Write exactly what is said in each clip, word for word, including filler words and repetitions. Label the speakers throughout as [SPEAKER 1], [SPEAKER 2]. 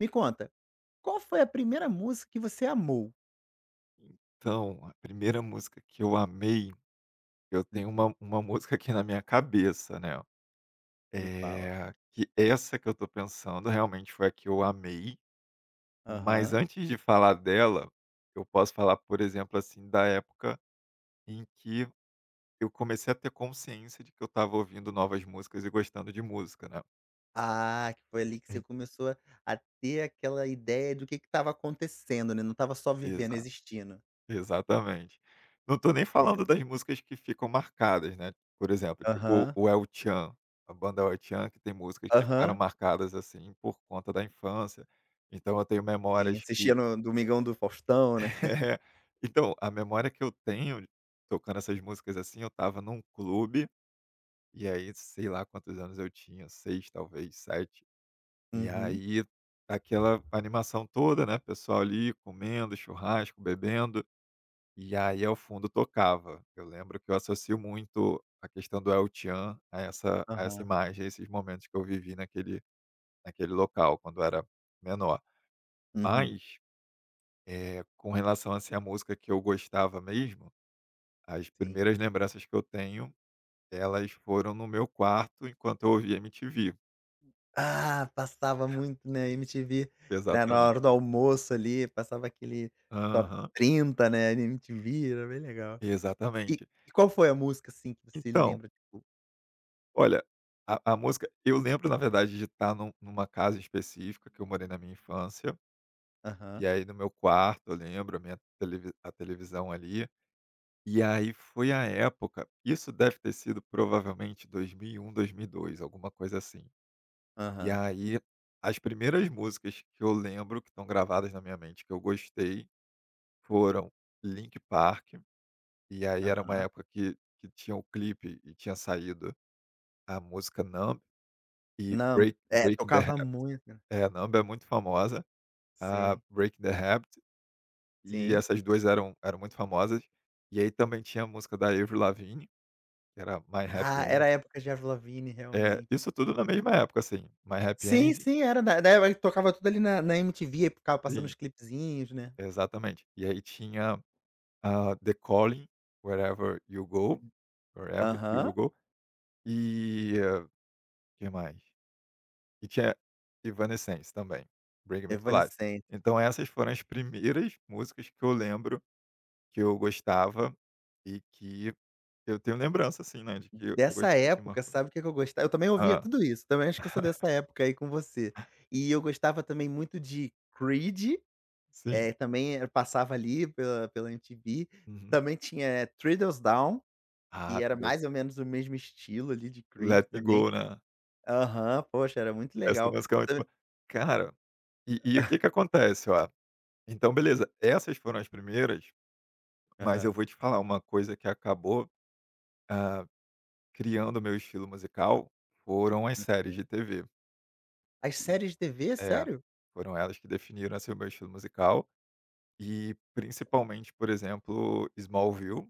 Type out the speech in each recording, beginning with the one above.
[SPEAKER 1] Me conta, qual foi a primeira música que você amou?
[SPEAKER 2] Então, a primeira música que eu amei, eu tenho
[SPEAKER 1] Uhum.
[SPEAKER 2] uma uma música aqui na minha cabeça, né.
[SPEAKER 1] Me fala.
[SPEAKER 2] É que essa que eu tô pensando realmente foi a que eu amei, mas
[SPEAKER 1] Aham.
[SPEAKER 2] antes de falar dela, eu posso falar, por exemplo, assim, da época em que eu comecei a ter consciência de que eu estava ouvindo novas músicas e gostando de música, né.
[SPEAKER 1] Ah, que foi ali que você começou a a ter aquela ideia do que que estava acontecendo, né, não estava só vivendo,
[SPEAKER 2] Exato.
[SPEAKER 1] existindo.
[SPEAKER 2] Exatamente. Não tô nem falando
[SPEAKER 1] Lembro.
[SPEAKER 2] das músicas que ficam marcadas, né, por exemplo, tipo
[SPEAKER 1] Aham,
[SPEAKER 2] o El Tchan, a banda El Tchan que tem músicas que ficaram
[SPEAKER 1] aham.
[SPEAKER 2] marcadas, assim, por conta da infância, então eu tenho
[SPEAKER 1] Sim,
[SPEAKER 2] memórias
[SPEAKER 1] assistia
[SPEAKER 2] que
[SPEAKER 1] no Domingão do Faustão, né.
[SPEAKER 2] é. Então, a memória que eu tenho tocando essas músicas, assim, eu tava num clube, e aí sei lá quantos anos eu tinha, seis talvez, sete. E
[SPEAKER 1] Uhum,
[SPEAKER 2] aí aquela animação toda, né, pessoal ali comendo, churrasco, bebendo. E aí, ao fundo, tocava. Eu lembro que eu associo muito a questão do El Tchan a essa a essa
[SPEAKER 1] aham.
[SPEAKER 2] imagem, a esses momentos que eu vivi naquele naquele local, quando eu era menor.
[SPEAKER 1] Uhum,
[SPEAKER 2] Mas, eh, com relação, assim, à música que eu gostava mesmo, as
[SPEAKER 1] sim.
[SPEAKER 2] primeiras lembranças que eu tenho, elas foram no meu quarto enquanto eu ouvia M T V.
[SPEAKER 1] Ah, passava muito na M T V, na na hora
[SPEAKER 2] Exatamente.
[SPEAKER 1] do almoço ali, passava aquele top
[SPEAKER 2] Aham.
[SPEAKER 1] Trinta, né, na M T V, era bem legal. E
[SPEAKER 2] Exatamente.
[SPEAKER 1] e qual foi a música, assim, que você
[SPEAKER 2] Então,
[SPEAKER 1] lembra, tipo
[SPEAKER 2] olha, a a música eu lembro, na verdade, de estar num numa casa específica que eu morei na minha infância. E
[SPEAKER 1] aham,
[SPEAKER 2] aí no meu quarto, eu lembro, a minha televi a televisão ali, e aí foi a época, isso deve ter sido provavelmente dois mil e um, dois mil e dois, alguma coisa assim. E
[SPEAKER 1] aham,
[SPEAKER 2] aí, as primeiras músicas que eu lembro, que estão gravadas na minha mente, que eu gostei, foram Link Park, e aí era uma
[SPEAKER 1] aham.
[SPEAKER 2] época que que tinha o clipe e tinha saído a música Numb e
[SPEAKER 1] Não,
[SPEAKER 2] Break
[SPEAKER 1] é,
[SPEAKER 2] Breaking the
[SPEAKER 1] tocava muito. Né.
[SPEAKER 2] Ha é, Numb é muito famosa, a
[SPEAKER 1] Sim,
[SPEAKER 2] Breaking the Habit. E
[SPEAKER 1] sim.
[SPEAKER 2] essas duas eram eram muito famosas. E aí também tinha a música da Avril Lavigne, que era My Happy
[SPEAKER 1] Ah,
[SPEAKER 2] End.
[SPEAKER 1] era a época de Avril Lavigne,
[SPEAKER 2] É,
[SPEAKER 1] realmente.
[SPEAKER 2] isso tudo na mesma época, assim, My Happy
[SPEAKER 1] Sim,
[SPEAKER 2] End.
[SPEAKER 1] sim, era da da época que tocava tudo ali na na M T V, aí ficava passando os
[SPEAKER 2] Sim,
[SPEAKER 1] clipezinhos, né.
[SPEAKER 2] exatamente. E aí tinha a The Calling, Wherever You Go, Wherever You Will
[SPEAKER 1] Aham,
[SPEAKER 2] Go, e o que mais? E tinha Evanescence também, Bring Me to Life.
[SPEAKER 1] Evanescence.
[SPEAKER 2] Então essas foram as primeiras músicas que eu lembro que eu gostava e que eu tenho lembrança, assim, né, de que eu eu
[SPEAKER 1] Dessa
[SPEAKER 2] gostei que
[SPEAKER 1] época,
[SPEAKER 2] marcou.
[SPEAKER 1] sabe o que que eu gostava? Eu também ouvia
[SPEAKER 2] Hã,
[SPEAKER 1] tudo isso, também acho que eu sou dessa época aí com você. E eu gostava também muito de Creed.
[SPEAKER 2] sim.
[SPEAKER 1] Eh, também eu passava ali pela pela M T V,
[SPEAKER 2] Uhum.
[SPEAKER 1] também tinha Thrillers Down,
[SPEAKER 2] Ah,
[SPEAKER 1] que era
[SPEAKER 2] meu Deus,
[SPEAKER 1] mais ou menos o mesmo estilo ali de Creed
[SPEAKER 2] Let Me
[SPEAKER 1] também.
[SPEAKER 2] Go, né.
[SPEAKER 1] Aham, poxa, era muito
[SPEAKER 2] Essa
[SPEAKER 1] legal.
[SPEAKER 2] música é
[SPEAKER 1] Eu
[SPEAKER 2] muito
[SPEAKER 1] também
[SPEAKER 2] bo Cara, e e o que que acontece, ó, então beleza, essas foram as primeiras, mas eu
[SPEAKER 1] aham.
[SPEAKER 2] vou te falar uma coisa que acabou, ah, criando o meu estilo musical, foram as séries de
[SPEAKER 1] Uhum.
[SPEAKER 2] T V.
[SPEAKER 1] As
[SPEAKER 2] E
[SPEAKER 1] séries de T V,
[SPEAKER 2] é,
[SPEAKER 1] sério?
[SPEAKER 2] Foram elas que definiram, assim, o meu estilo musical e principalmente, por exemplo, Smallville.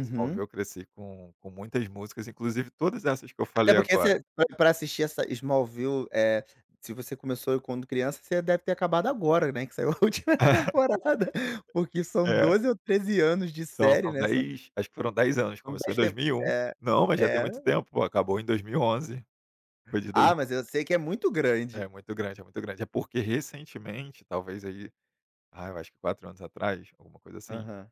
[SPEAKER 2] Smallville eu cresci com com muitas músicas, inclusive todas essas que eu
[SPEAKER 1] Até
[SPEAKER 2] falei
[SPEAKER 1] porque
[SPEAKER 2] agora.
[SPEAKER 1] você pra pra assistir essa Smallville, eh, se você começou quando criança, você deve ter acabado agora, né, que saiu a última temporada, porque são
[SPEAKER 2] É.
[SPEAKER 1] doze ou treze anos de
[SPEAKER 2] São
[SPEAKER 1] série,
[SPEAKER 2] são
[SPEAKER 1] né, são
[SPEAKER 2] dez, acho que foram dez anos,
[SPEAKER 1] são
[SPEAKER 2] começou em
[SPEAKER 1] dez
[SPEAKER 2] dois
[SPEAKER 1] tem
[SPEAKER 2] mil e um
[SPEAKER 1] é,
[SPEAKER 2] Não, mas já tem
[SPEAKER 1] é.
[SPEAKER 2] muito tempo, pô, acabou em dois mil e onze. Foi de dois
[SPEAKER 1] Ah, mas eu sei que é muito
[SPEAKER 2] É
[SPEAKER 1] grande.
[SPEAKER 2] muito grande, é muito grande. É porque recentemente, talvez aí, ah, eu acho que quatro anos atrás, alguma coisa assim,
[SPEAKER 1] Aham.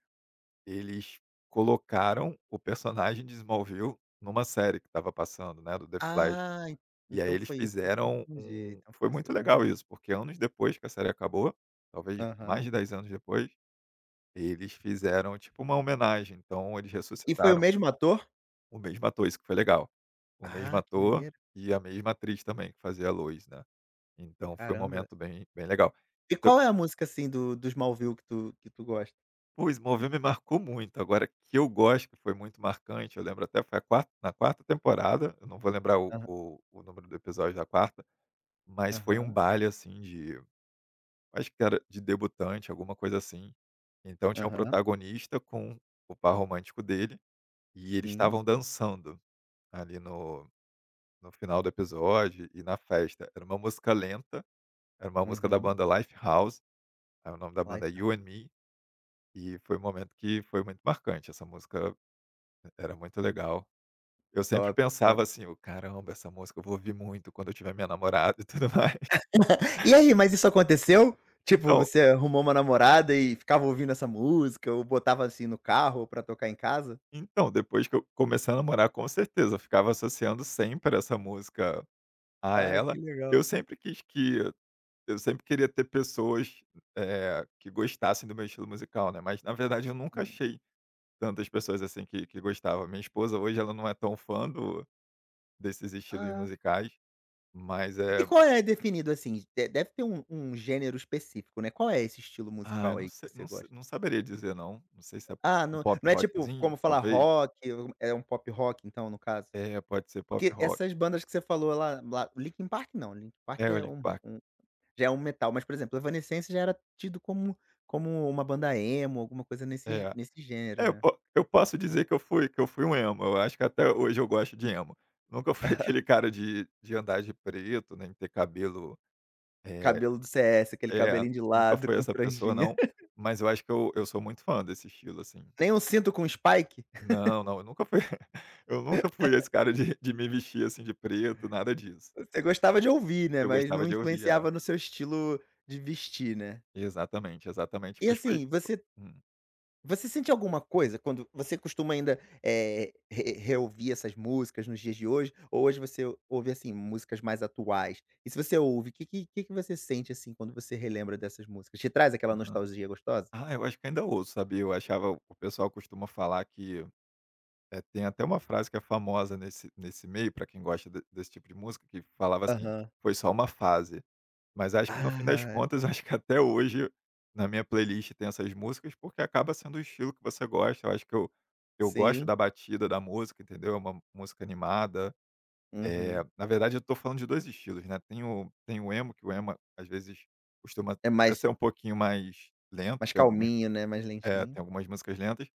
[SPEAKER 2] eles colocaram o personagem de Smallville numa série que estava passando, né, do The Flash.
[SPEAKER 1] Ah, en
[SPEAKER 2] E aí
[SPEAKER 1] então
[SPEAKER 2] eles
[SPEAKER 1] foi isso que eu
[SPEAKER 2] fizeram
[SPEAKER 1] confundi,
[SPEAKER 2] um
[SPEAKER 1] então
[SPEAKER 2] foi
[SPEAKER 1] foi isso que
[SPEAKER 2] muito
[SPEAKER 1] eu
[SPEAKER 2] legal
[SPEAKER 1] confundi.
[SPEAKER 2] isso, porque anos depois que a série acabou, talvez mais
[SPEAKER 1] Aham.
[SPEAKER 2] de dez anos depois, eles fizeram tipo uma homenagem, então eles
[SPEAKER 1] E foi
[SPEAKER 2] ressuscitaram.
[SPEAKER 1] o mesmo ator?
[SPEAKER 2] O mesmo ator, isso que foi legal. O mesmo
[SPEAKER 1] Ah, que
[SPEAKER 2] ator
[SPEAKER 1] maneiro,
[SPEAKER 2] e a mesma atriz também que fazia a Lois, né. Então foi um
[SPEAKER 1] caramba.
[SPEAKER 2] momento bem bem legal.
[SPEAKER 1] E
[SPEAKER 2] Então,
[SPEAKER 1] qual é a música, assim, do dos Smallville que tu que tu gosta?
[SPEAKER 2] o
[SPEAKER 1] Que
[SPEAKER 2] Smallville me marcou muito, agora que eu gosto, que foi muito marcante, eu lembro até foi a quar na quarta temporada, eu não vou lembrar o
[SPEAKER 1] aham,
[SPEAKER 2] o o número do episódio da quarta, mas foi um
[SPEAKER 1] aham,
[SPEAKER 2] baile, assim, de, acho que era de debutante, alguma coisa assim. Então tinha o
[SPEAKER 1] aham,
[SPEAKER 2] protagonista com o par romântico dele, e eles
[SPEAKER 1] sim,
[SPEAKER 2] estavam dançando ali no No final do episódio e na festa. Era uma música lenta, era uma música da
[SPEAKER 1] uhum.
[SPEAKER 2] banda Lifehouse, aí o nome da banda é You and
[SPEAKER 1] Lifehouse,
[SPEAKER 2] Me, e foi um momento que foi muito marcante, essa música, eh, era muito legal. Eu sempre
[SPEAKER 1] top, top.
[SPEAKER 2] pensava assim: "O caramba, essa música eu vou ouvir muito quando eu tiver minha namorada e tudo mais".
[SPEAKER 1] E aí, mas isso aconteceu? Tipo,
[SPEAKER 2] Então
[SPEAKER 1] você arrumou uma namorada e ficava ouvindo essa música ou botava, assim, no carro pra tocar em casa?
[SPEAKER 2] então, depois que eu comecei a namorar, com certeza, eu ficava associando sempre essa música a
[SPEAKER 1] Ah,
[SPEAKER 2] ela.
[SPEAKER 1] que
[SPEAKER 2] Eu
[SPEAKER 1] legal.
[SPEAKER 2] sempre quis que eu sempre queria ter pessoas, eh, que gostassem do meu estilo musical, né, mas na verdade eu nunca
[SPEAKER 1] Hum.
[SPEAKER 2] achei tantas pessoas, assim, que que gostava. Minha esposa hoje ela não é tão fã do desses estilos
[SPEAKER 1] Ah.
[SPEAKER 2] musicais, mas
[SPEAKER 1] E
[SPEAKER 2] é,
[SPEAKER 1] qual é definido assim? De deve ter um um gênero específico, né. Qual é esse estilo
[SPEAKER 2] ah, eu
[SPEAKER 1] musical
[SPEAKER 2] não
[SPEAKER 1] aí
[SPEAKER 2] sei
[SPEAKER 1] que você
[SPEAKER 2] não, se
[SPEAKER 1] gosta?
[SPEAKER 2] não saberia dizer não. Não sei se é
[SPEAKER 1] Ah,
[SPEAKER 2] um
[SPEAKER 1] não
[SPEAKER 2] pop
[SPEAKER 1] não é tipo
[SPEAKER 2] rockzinho,
[SPEAKER 1] como falar
[SPEAKER 2] talvez.
[SPEAKER 1] rock, um, é um pop rock então, no caso?
[SPEAKER 2] É, pode ser pop
[SPEAKER 1] Porque
[SPEAKER 2] rock.
[SPEAKER 1] essas bandas que você falou lá lá Linkin Park não, Linkin Park
[SPEAKER 2] É, o
[SPEAKER 1] é
[SPEAKER 2] Linkin
[SPEAKER 1] um
[SPEAKER 2] Park.
[SPEAKER 1] um já é um metal, mas, por exemplo, Evanescence já era tido como como uma banda emo, alguma coisa nesse
[SPEAKER 2] É.
[SPEAKER 1] nesse gênero,
[SPEAKER 2] É, eu
[SPEAKER 1] né.
[SPEAKER 2] po eu posso dizer que eu fui que eu fui um emo. Eu acho que até hoje eu gosto de emo. Nunca fui aquele cara de de andar de preto, nem ter cabelo, eh,
[SPEAKER 1] Cabelo do C S, aquele
[SPEAKER 2] é,
[SPEAKER 1] cabelinho de
[SPEAKER 2] nunca
[SPEAKER 1] lado
[SPEAKER 2] fui
[SPEAKER 1] com
[SPEAKER 2] essa pessoa
[SPEAKER 1] franjinha.
[SPEAKER 2] não, mas eu acho que eu eu sou muito fã desse estilo, assim.
[SPEAKER 1] Nem um cinto com spike?
[SPEAKER 2] Não, não, eu nunca fui eu nunca fui esse cara de de me vestir, assim, de preto, nada disso.
[SPEAKER 1] Você gostava de ouvir, né,
[SPEAKER 2] Eu
[SPEAKER 1] mas
[SPEAKER 2] gostava
[SPEAKER 1] não
[SPEAKER 2] de ouvir, é.
[SPEAKER 1] influenciava no seu estilo de vestir, né.
[SPEAKER 2] Exatamente, exatamente,
[SPEAKER 1] E
[SPEAKER 2] mas foi,
[SPEAKER 1] assim, você
[SPEAKER 2] hum,
[SPEAKER 1] você sente alguma coisa quando você costuma ainda, eh, re reouvir essas músicas nos dias de hoje, ou hoje você ouve, assim, músicas mais atuais? E se você ouve, o que que que que você sente, assim, quando você relembra dessas músicas? Te traz aquela
[SPEAKER 2] aham.
[SPEAKER 1] nostalgia gostosa?
[SPEAKER 2] Ah, eu acho que ainda ouço, sabia? Eu achava O pessoal costuma falar que, eh, tem até uma frase que é famosa nesse nesse meio, para quem gosta de desse tipo de música, que falava assim:
[SPEAKER 1] Aham.
[SPEAKER 2] "Foi só uma fase". Mas acho que no fim das
[SPEAKER 1] Ah,
[SPEAKER 2] contas, acho que até hoje na minha playlist tem essas músicas, porque acaba sendo o estilo que você gosta. Eu acho que eu eu gosto
[SPEAKER 1] sim.
[SPEAKER 2] da batida da música, entendeu? É uma música animada. Eh,
[SPEAKER 1] Uhum.
[SPEAKER 2] na verdade eu tô falando de dois estilos, né. Tem o tem o emo, que o emo às vezes costuma
[SPEAKER 1] É
[SPEAKER 2] até
[SPEAKER 1] mais
[SPEAKER 2] ser um pouquinho mais lento,
[SPEAKER 1] mais
[SPEAKER 2] tem algumas,
[SPEAKER 1] calminho, né, mais
[SPEAKER 2] é,
[SPEAKER 1] lentinho.
[SPEAKER 2] tem algumas músicas lentas,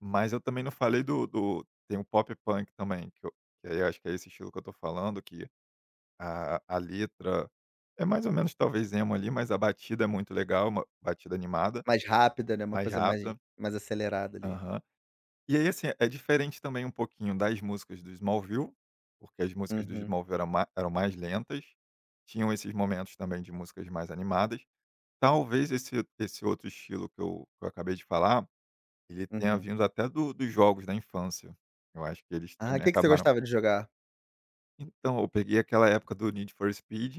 [SPEAKER 2] mas eu também não falei do do tem o pop punk também, que eu que aí eu acho que é esse estilo que eu tô falando que a a letra é mais ou menos talvez emo ali, mas a batida é muito legal, uma batida animada,
[SPEAKER 1] Mais rápida, né, uma
[SPEAKER 2] mais, Uhum,
[SPEAKER 1] coisa mais
[SPEAKER 2] rápida.
[SPEAKER 1] mais acelerada ali.
[SPEAKER 2] Aham. E aí, assim, é diferente também um pouquinho das músicas do Smallville, porque as músicas do
[SPEAKER 1] Uhum,
[SPEAKER 2] Smallville eram ma eram mais lentas, tinham esses momentos também de músicas mais animadas. Talvez esse esse outro estilo que eu que eu acabei de falar, ele tenha
[SPEAKER 1] uhum.
[SPEAKER 2] vindo até do dos jogos da infância. Eu acho que eles
[SPEAKER 1] Ah,
[SPEAKER 2] também
[SPEAKER 1] que que você
[SPEAKER 2] acabaram.
[SPEAKER 1] gostava de jogar?
[SPEAKER 2] Então, eu peguei aquela época do Need for Speed,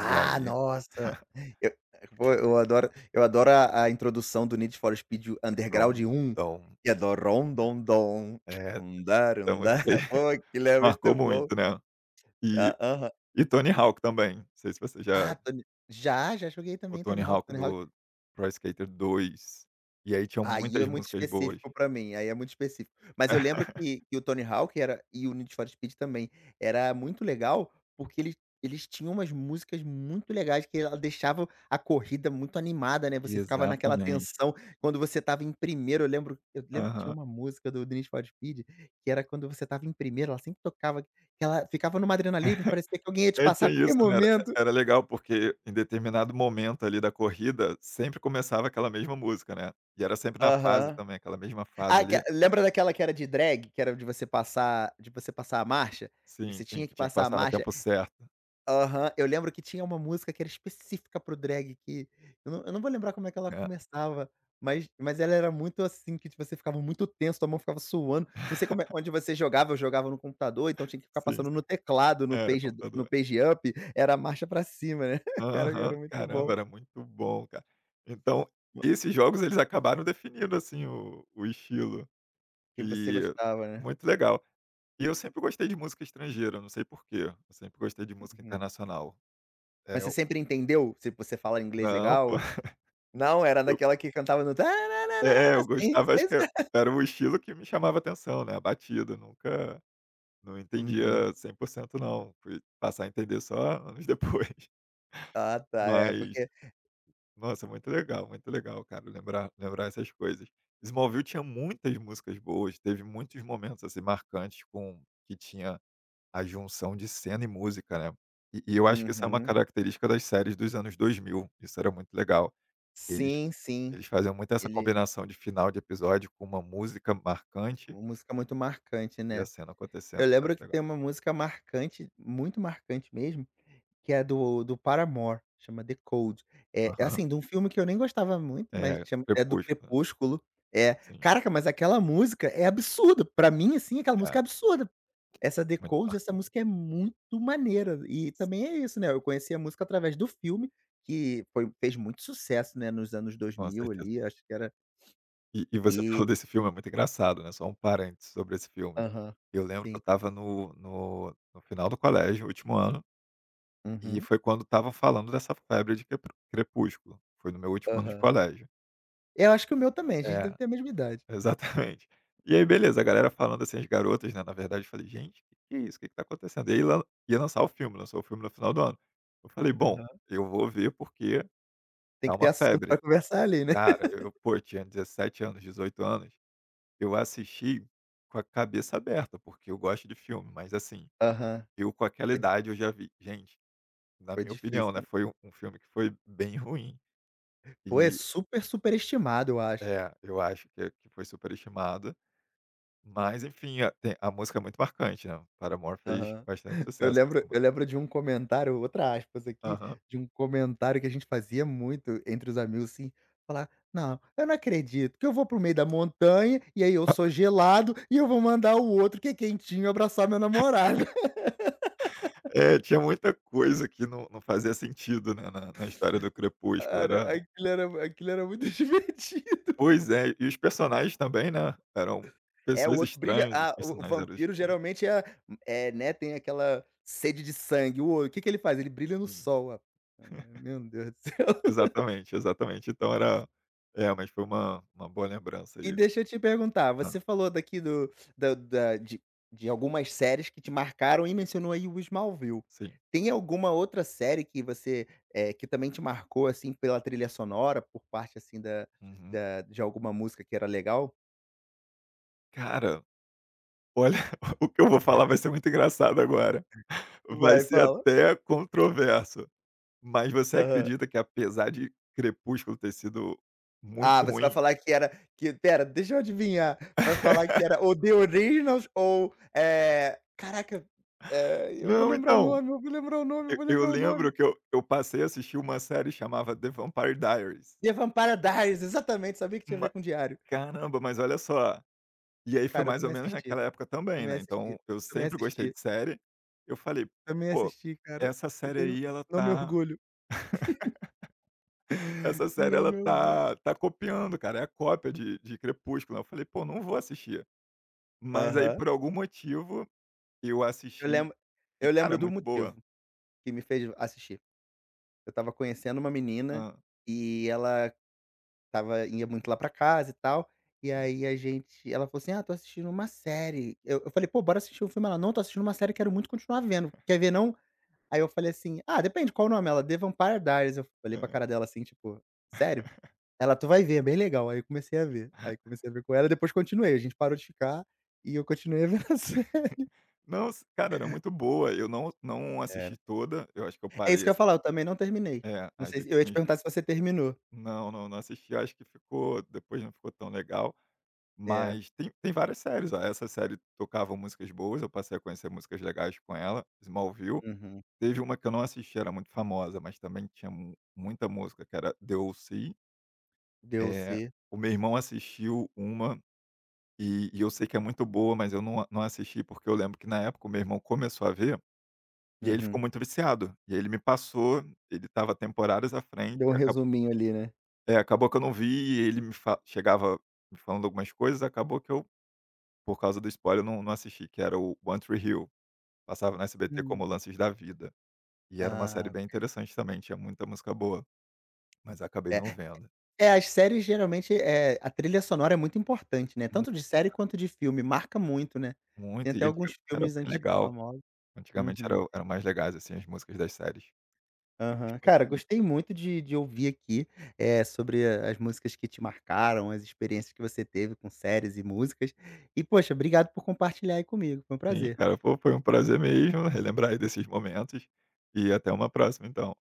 [SPEAKER 2] e aí
[SPEAKER 1] nossa! Eu pô, eu adoro eu adoro a a introdução do Need for Speed Underground
[SPEAKER 2] pronto,
[SPEAKER 1] one,
[SPEAKER 2] então,
[SPEAKER 1] que é dorom dom dom,
[SPEAKER 2] é,
[SPEAKER 1] undar
[SPEAKER 2] essa música
[SPEAKER 1] undar.
[SPEAKER 2] aí
[SPEAKER 1] Pô, aquilo é muito
[SPEAKER 2] marcou
[SPEAKER 1] bom.
[SPEAKER 2] muito, né. E
[SPEAKER 1] Ah, aham.
[SPEAKER 2] e Tony Hawk também, não sei se você
[SPEAKER 1] Ah,
[SPEAKER 2] já,
[SPEAKER 1] Tony já, já joguei
[SPEAKER 2] o
[SPEAKER 1] também
[SPEAKER 2] Tony
[SPEAKER 1] Tony Hawk.
[SPEAKER 2] Hawk
[SPEAKER 1] Tony,
[SPEAKER 2] do Pro Skater dois, e aí tinham
[SPEAKER 1] aí
[SPEAKER 2] muitas
[SPEAKER 1] é muito
[SPEAKER 2] músicas boas.
[SPEAKER 1] específico pra mim, aí é muito específico. Mas eu lembro que que o Tony Hawk era e o Need for Speed também, era muito legal, porque eles eles tinham umas músicas muito legais que ela deixava a corrida muito animada, né, você ficava naquela
[SPEAKER 2] Exatamente.
[SPEAKER 1] tensão quando você tava em primeiro. Eu lembro eu lembro que tinha
[SPEAKER 2] Aham.
[SPEAKER 1] uma música do Need for Speed, que era quando você tava em primeiro, ela sempre tocava, que ela ficava numa adrenalina, parecia que alguém ia te
[SPEAKER 2] É,
[SPEAKER 1] passar
[SPEAKER 2] tinha
[SPEAKER 1] a qualquer
[SPEAKER 2] isso, né, era
[SPEAKER 1] momento.
[SPEAKER 2] era legal porque em determinado momento ali da corrida, sempre começava aquela mesma música, né, e era sempre na fase
[SPEAKER 1] Aham.
[SPEAKER 2] também, aquela mesma fase
[SPEAKER 1] Ah, que
[SPEAKER 2] ali.
[SPEAKER 1] lembra daquela que era de drag, que era de você passar de você passar a marcha? Que
[SPEAKER 2] Sim,
[SPEAKER 1] você
[SPEAKER 2] sim,
[SPEAKER 1] tinha
[SPEAKER 2] que
[SPEAKER 1] que
[SPEAKER 2] tinha que
[SPEAKER 1] passar a
[SPEAKER 2] passar no
[SPEAKER 1] marcha?
[SPEAKER 2] tempo certo.
[SPEAKER 1] Aham, eu lembro que tinha uma música que era específica pro drag que eu não eu não vou lembrar como é que ela
[SPEAKER 2] É.
[SPEAKER 1] começava, mas mas ela era muito assim que tipo, você ficava muito tenso, tua mão ficava suando, não sei como é onde você jogava, eu jogava no computador, então tinha que ficar
[SPEAKER 2] Sim,
[SPEAKER 1] passando
[SPEAKER 2] sim.
[SPEAKER 1] no teclado, no
[SPEAKER 2] Era
[SPEAKER 1] page no
[SPEAKER 2] computador.
[SPEAKER 1] page up, era a marcha pra cima, né. Caraca,
[SPEAKER 2] Aham.
[SPEAKER 1] era muito
[SPEAKER 2] Caramba,
[SPEAKER 1] bom.
[SPEAKER 2] era muito bom, cara. Então, esses jogos eles acabaram definindo, assim, o o estilo.
[SPEAKER 1] Que você
[SPEAKER 2] E
[SPEAKER 1] gostava, né.
[SPEAKER 2] muito legal. E eu sempre gostei de música estrangeira, não sei por quê. Eu sempre gostei de música
[SPEAKER 1] Uhum.
[SPEAKER 2] internacional. É,
[SPEAKER 1] Mas você
[SPEAKER 2] eu,
[SPEAKER 1] sempre entendeu? Se você fala inglês
[SPEAKER 2] não, pô.
[SPEAKER 1] legal? Não, era
[SPEAKER 2] Eu
[SPEAKER 1] daquela que cantava no
[SPEAKER 2] é,
[SPEAKER 1] tararara,
[SPEAKER 2] eu
[SPEAKER 1] sim,
[SPEAKER 2] gostava, acho
[SPEAKER 1] pois
[SPEAKER 2] que é
[SPEAKER 1] é.
[SPEAKER 2] era o estilo que me chamava atenção, né, a batida. Nunca, não
[SPEAKER 1] Uhum.
[SPEAKER 2] entendia cem por cento não, fui passar a entender só anos depois.
[SPEAKER 1] Ah, tá, é
[SPEAKER 2] Mas,
[SPEAKER 1] porque
[SPEAKER 2] nossa, muito legal, muito legal, cara, lembrar lembrar essas coisas. Smallville tinha muitas músicas boas, teve muitos momentos, assim, marcantes com que tinha a junção de cena e música, né. E e eu acho que isso é uma
[SPEAKER 1] uhum.
[SPEAKER 2] característica das séries dos anos dois mil. Isso era muito legal. Eles
[SPEAKER 1] Sim, sim,
[SPEAKER 2] eles faziam muito essa
[SPEAKER 1] ele
[SPEAKER 2] combinação de final de episódio com uma música marcante
[SPEAKER 1] uma música muito marcante,
[SPEAKER 2] e a
[SPEAKER 1] né.
[SPEAKER 2] cena
[SPEAKER 1] Eu
[SPEAKER 2] acontecendo, isso era
[SPEAKER 1] lembro que
[SPEAKER 2] legal.
[SPEAKER 1] tem uma música marcante, muito marcante mesmo, que é do do Paramore, chama The Cold. É é
[SPEAKER 2] Aham.
[SPEAKER 1] assim, de um filme que eu nem gostava muito,
[SPEAKER 2] É,
[SPEAKER 1] mas chama é do
[SPEAKER 2] Crepúsculo,
[SPEAKER 1] Crepúsculo. É.
[SPEAKER 2] sim.
[SPEAKER 1] Caraca, mas aquela música é absurda, pra mim, assim, aquela
[SPEAKER 2] É,
[SPEAKER 1] música é absurda. Essa The
[SPEAKER 2] muito
[SPEAKER 1] Cold, essa
[SPEAKER 2] marcante.
[SPEAKER 1] música é muito maneira e
[SPEAKER 2] Sim,
[SPEAKER 1] também é isso, né, eu conheci a música através do filme, que foi fez muito sucesso, né, nos anos
[SPEAKER 2] com
[SPEAKER 1] dois mil
[SPEAKER 2] certeza.
[SPEAKER 1] ali, acho que era
[SPEAKER 2] E e você falou
[SPEAKER 1] e
[SPEAKER 2] desse filme, é muito engraçado, né, só um parênteses sobre esse filme.
[SPEAKER 1] aham,
[SPEAKER 2] Eu lembro que eu
[SPEAKER 1] sim.
[SPEAKER 2] estava no no no final do colégio, último ano, e
[SPEAKER 1] Uhum.
[SPEAKER 2] foi quando estava falando dessa febre de crepru Crepúsculo, foi no meu último ano de
[SPEAKER 1] Aham.
[SPEAKER 2] colégio.
[SPEAKER 1] Eu acho que o meu também, a gente
[SPEAKER 2] É,
[SPEAKER 1] deve ter a mesma idade.
[SPEAKER 2] exatamente. E aí beleza, a galera falando, assim, as garotas, né, na verdade, eu falei: "Gente, que que é isso? O que que tá acontecendo?" E aí lan ia lançar o filme, lançou o filme no final do ano. Eu falei: "Bom,
[SPEAKER 1] Aham.
[SPEAKER 2] eu vou ver porque
[SPEAKER 1] Tem
[SPEAKER 2] tá
[SPEAKER 1] que ter
[SPEAKER 2] uma
[SPEAKER 1] assunto
[SPEAKER 2] febre".
[SPEAKER 1] pra conversar ali, né.
[SPEAKER 2] Cara, eu, pô, eu tinha dezessete anos, dezoito anos. Eu assisti com a cabeça aberta, porque eu gosto de filme, mas assim,
[SPEAKER 1] Aham.
[SPEAKER 2] eu com aquela
[SPEAKER 1] Foi
[SPEAKER 2] idade eu já vi, gente, na
[SPEAKER 1] foi
[SPEAKER 2] minha opinião,
[SPEAKER 1] difícil.
[SPEAKER 2] né,
[SPEAKER 1] Né?
[SPEAKER 2] foi um um filme que foi bem ruim.
[SPEAKER 1] Foi
[SPEAKER 2] E
[SPEAKER 1] super super estimado, eu acho.
[SPEAKER 2] é, eu acho que que foi superestimado, mas enfim, a tem a música é muito marcante, né, Paramore fez
[SPEAKER 1] Aham.
[SPEAKER 2] bastante
[SPEAKER 1] Eu
[SPEAKER 2] sucesso com essa
[SPEAKER 1] lembro
[SPEAKER 2] música.
[SPEAKER 1] eu lembro de um comentário, outra aspas aqui,
[SPEAKER 2] Aham.
[SPEAKER 1] de um comentário que a gente fazia muito entre os amigos, assim, falar: "Não, eu não acredito que eu vou para o meio da montanha, e aí eu sou gelado, e eu vou mandar o outro que é quentinho abraçar meu namorado".
[SPEAKER 2] É, tinha muita coisa que não não fazia sentido, né, na na história do Crepúsculo,
[SPEAKER 1] Cara,
[SPEAKER 2] era,
[SPEAKER 1] aquilo era aquilo era muito divertido.
[SPEAKER 2] pois é, e os personagens também, né, eram
[SPEAKER 1] É, o
[SPEAKER 2] pessoas
[SPEAKER 1] outro brilha
[SPEAKER 2] estranhas, os
[SPEAKER 1] ah, o
[SPEAKER 2] personagens eram
[SPEAKER 1] vampiro
[SPEAKER 2] estranhos.
[SPEAKER 1] geralmente é é, né, tem aquela sede de sangue. O o que que ele faz? Ele brilha no
[SPEAKER 2] Sim.
[SPEAKER 1] sol. Ah, meu Deus do
[SPEAKER 2] Exatamente, exatamente. Então era é, mas foi uma uma boa lembrança
[SPEAKER 1] E
[SPEAKER 2] aí.
[SPEAKER 1] deixa eu te perguntar,
[SPEAKER 2] Hã,
[SPEAKER 1] você falou daqui do da da de de algumas séries que te marcaram e mencionou aí o Smallville.
[SPEAKER 2] sim.
[SPEAKER 1] Tem alguma outra série que você, eh, que também te marcou, assim, pela trilha sonora, por parte, assim, da
[SPEAKER 2] Uhum.
[SPEAKER 1] da de alguma música que era legal?
[SPEAKER 2] Cara, olha, o que eu vou falar vai ser muito engraçado agora. Vai
[SPEAKER 1] Vai,
[SPEAKER 2] ser
[SPEAKER 1] fala.
[SPEAKER 2] até controverso, mas você
[SPEAKER 1] Aham.
[SPEAKER 2] acredita que apesar de Crepúsculo ter sido
[SPEAKER 1] Ah,
[SPEAKER 2] muito
[SPEAKER 1] você vai
[SPEAKER 2] ruim.
[SPEAKER 1] falar que era que espera, deixa eu adivinhar, vai falar que era ou The Originals ou, eh, caraca, eh, eu vou
[SPEAKER 2] Não,
[SPEAKER 1] lembrar o
[SPEAKER 2] então,
[SPEAKER 1] nome, eu vou lembrar o nome, eu
[SPEAKER 2] eu
[SPEAKER 1] vou
[SPEAKER 2] eu
[SPEAKER 1] lembrar o nome.
[SPEAKER 2] lembro que eu eu passei a assistir uma série chamada The Vampire Diaries.
[SPEAKER 1] The Vampire Diaries, exatamente, sabia que tinha a
[SPEAKER 2] Ma
[SPEAKER 1] ver com diário.
[SPEAKER 2] caramba, mas olha só. E aí foi
[SPEAKER 1] Cara, eu
[SPEAKER 2] mais ou
[SPEAKER 1] também
[SPEAKER 2] menos
[SPEAKER 1] assisti,
[SPEAKER 2] naquela época também,
[SPEAKER 1] também
[SPEAKER 2] né, então
[SPEAKER 1] assisti,
[SPEAKER 2] eu
[SPEAKER 1] também
[SPEAKER 2] sempre gostei
[SPEAKER 1] assisti,
[SPEAKER 2] de série, eu falei:
[SPEAKER 1] também
[SPEAKER 2] "Pô,
[SPEAKER 1] assisti, cara.
[SPEAKER 2] essa
[SPEAKER 1] Eu
[SPEAKER 2] série
[SPEAKER 1] tenho
[SPEAKER 2] aí ela
[SPEAKER 1] não me
[SPEAKER 2] tá
[SPEAKER 1] orgulho,
[SPEAKER 2] essa série
[SPEAKER 1] não
[SPEAKER 2] ela
[SPEAKER 1] me orgulho.
[SPEAKER 2] tá tá copiando, cara, é a cópia de de Crepúsculo", eu falei: "Pô, não vou assistir". Mas aí
[SPEAKER 1] Aham.
[SPEAKER 2] por algum motivo eu
[SPEAKER 1] Eu
[SPEAKER 2] assisti
[SPEAKER 1] lembro
[SPEAKER 2] e,
[SPEAKER 1] eu
[SPEAKER 2] cara,
[SPEAKER 1] lembro
[SPEAKER 2] é
[SPEAKER 1] do
[SPEAKER 2] muito boa.
[SPEAKER 1] motivo que me fez assistir. Eu estava conhecendo uma menina
[SPEAKER 2] Hã,
[SPEAKER 1] e ela estava ia muito lá pra casa e tal, e aí a gente ela falou assim: "Ah, tô assistindo uma série". Eu eu falei: "Pô, bora assistir um filme". Ela: "Não, tô assistindo uma série, quero muito continuar vendo. Quer ver não?" Aí eu falei assim: "Ah, depende, qual o nome?" Ela: "The Vampire Diaries". Eu falei
[SPEAKER 2] hã.
[SPEAKER 1] pra cara dela, assim, tipo: "Sério?" Ela: "Tu vai ver, é bem legal". Aí eu comecei a ver. Aí comecei a ver com ela depois continuei, a gente parou de ficar e eu continuei a ver a série.
[SPEAKER 2] Não, s cara, era muito boa, eu não não assisti
[SPEAKER 1] Era.
[SPEAKER 2] toda, eu acho que eu
[SPEAKER 1] É isso
[SPEAKER 2] parei
[SPEAKER 1] que eu ia
[SPEAKER 2] assim,
[SPEAKER 1] falar, eu também não terminei.
[SPEAKER 2] é,
[SPEAKER 1] Não
[SPEAKER 2] as
[SPEAKER 1] sei se eu ia te
[SPEAKER 2] últimas,
[SPEAKER 1] perguntar se você terminou.
[SPEAKER 2] não, não, não assisti. Eu acho que ficou, depois não ficou tão legal.
[SPEAKER 1] É.
[SPEAKER 2] Mas tem tem várias séries, ó, essa série tocava músicas boas, eu passei a conhecer músicas legais com ela, Smallville.
[SPEAKER 1] Uhum.
[SPEAKER 2] Teve uma que eu não assisti, era muito famosa, mas também tinha mu muita música, que era The O C. Eh,
[SPEAKER 1] D L C.
[SPEAKER 2] o meu irmão assistiu uma e e eu sei que é muito boa, mas eu não a não assisti, porque eu lembro que na época o meu irmão começou a ver, e aí ele ficou
[SPEAKER 1] Uhum.
[SPEAKER 2] muito viciado, e aí ele me passou, ele estava temporadas à frente,
[SPEAKER 1] Deu um
[SPEAKER 2] e aca
[SPEAKER 1] resuminho ali, né.
[SPEAKER 2] é, acabou que eu não vi, e ele me fa chegava me falando algumas coisas, acabou que eu, por causa do spoiler, eu não não assisti, que era o One Tree Hill, passava no S B T como
[SPEAKER 1] Hum.
[SPEAKER 2] Lances da Vida, e era uma série
[SPEAKER 1] Ah,
[SPEAKER 2] bem interessante também, tinha muita música boa, mas acabei
[SPEAKER 1] é.
[SPEAKER 2] não vendo.
[SPEAKER 1] É, as séries geralmente, é a trilha sonora é muito importante, né,
[SPEAKER 2] Mu
[SPEAKER 1] tanto de série quanto de filme, marca muito, né. Tem
[SPEAKER 2] muito,
[SPEAKER 1] até
[SPEAKER 2] e antigamente
[SPEAKER 1] alguns
[SPEAKER 2] era
[SPEAKER 1] filmes
[SPEAKER 2] bem
[SPEAKER 1] antigos
[SPEAKER 2] legal,
[SPEAKER 1] famosos.
[SPEAKER 2] antigamente era
[SPEAKER 1] Uhum.
[SPEAKER 2] eram mais legais, assim, as músicas das séries.
[SPEAKER 1] Aham. Cara, gostei muito de de ouvir aqui, eh, sobre a as músicas que te marcaram, as experiências que você teve com séries e músicas. E, poxa, obrigado por compartilhar aí comigo, foi um
[SPEAKER 2] Sim,
[SPEAKER 1] prazer.
[SPEAKER 2] cara, pô, foi um prazer mesmo relembrar aí desses momentos, e até uma próxima então.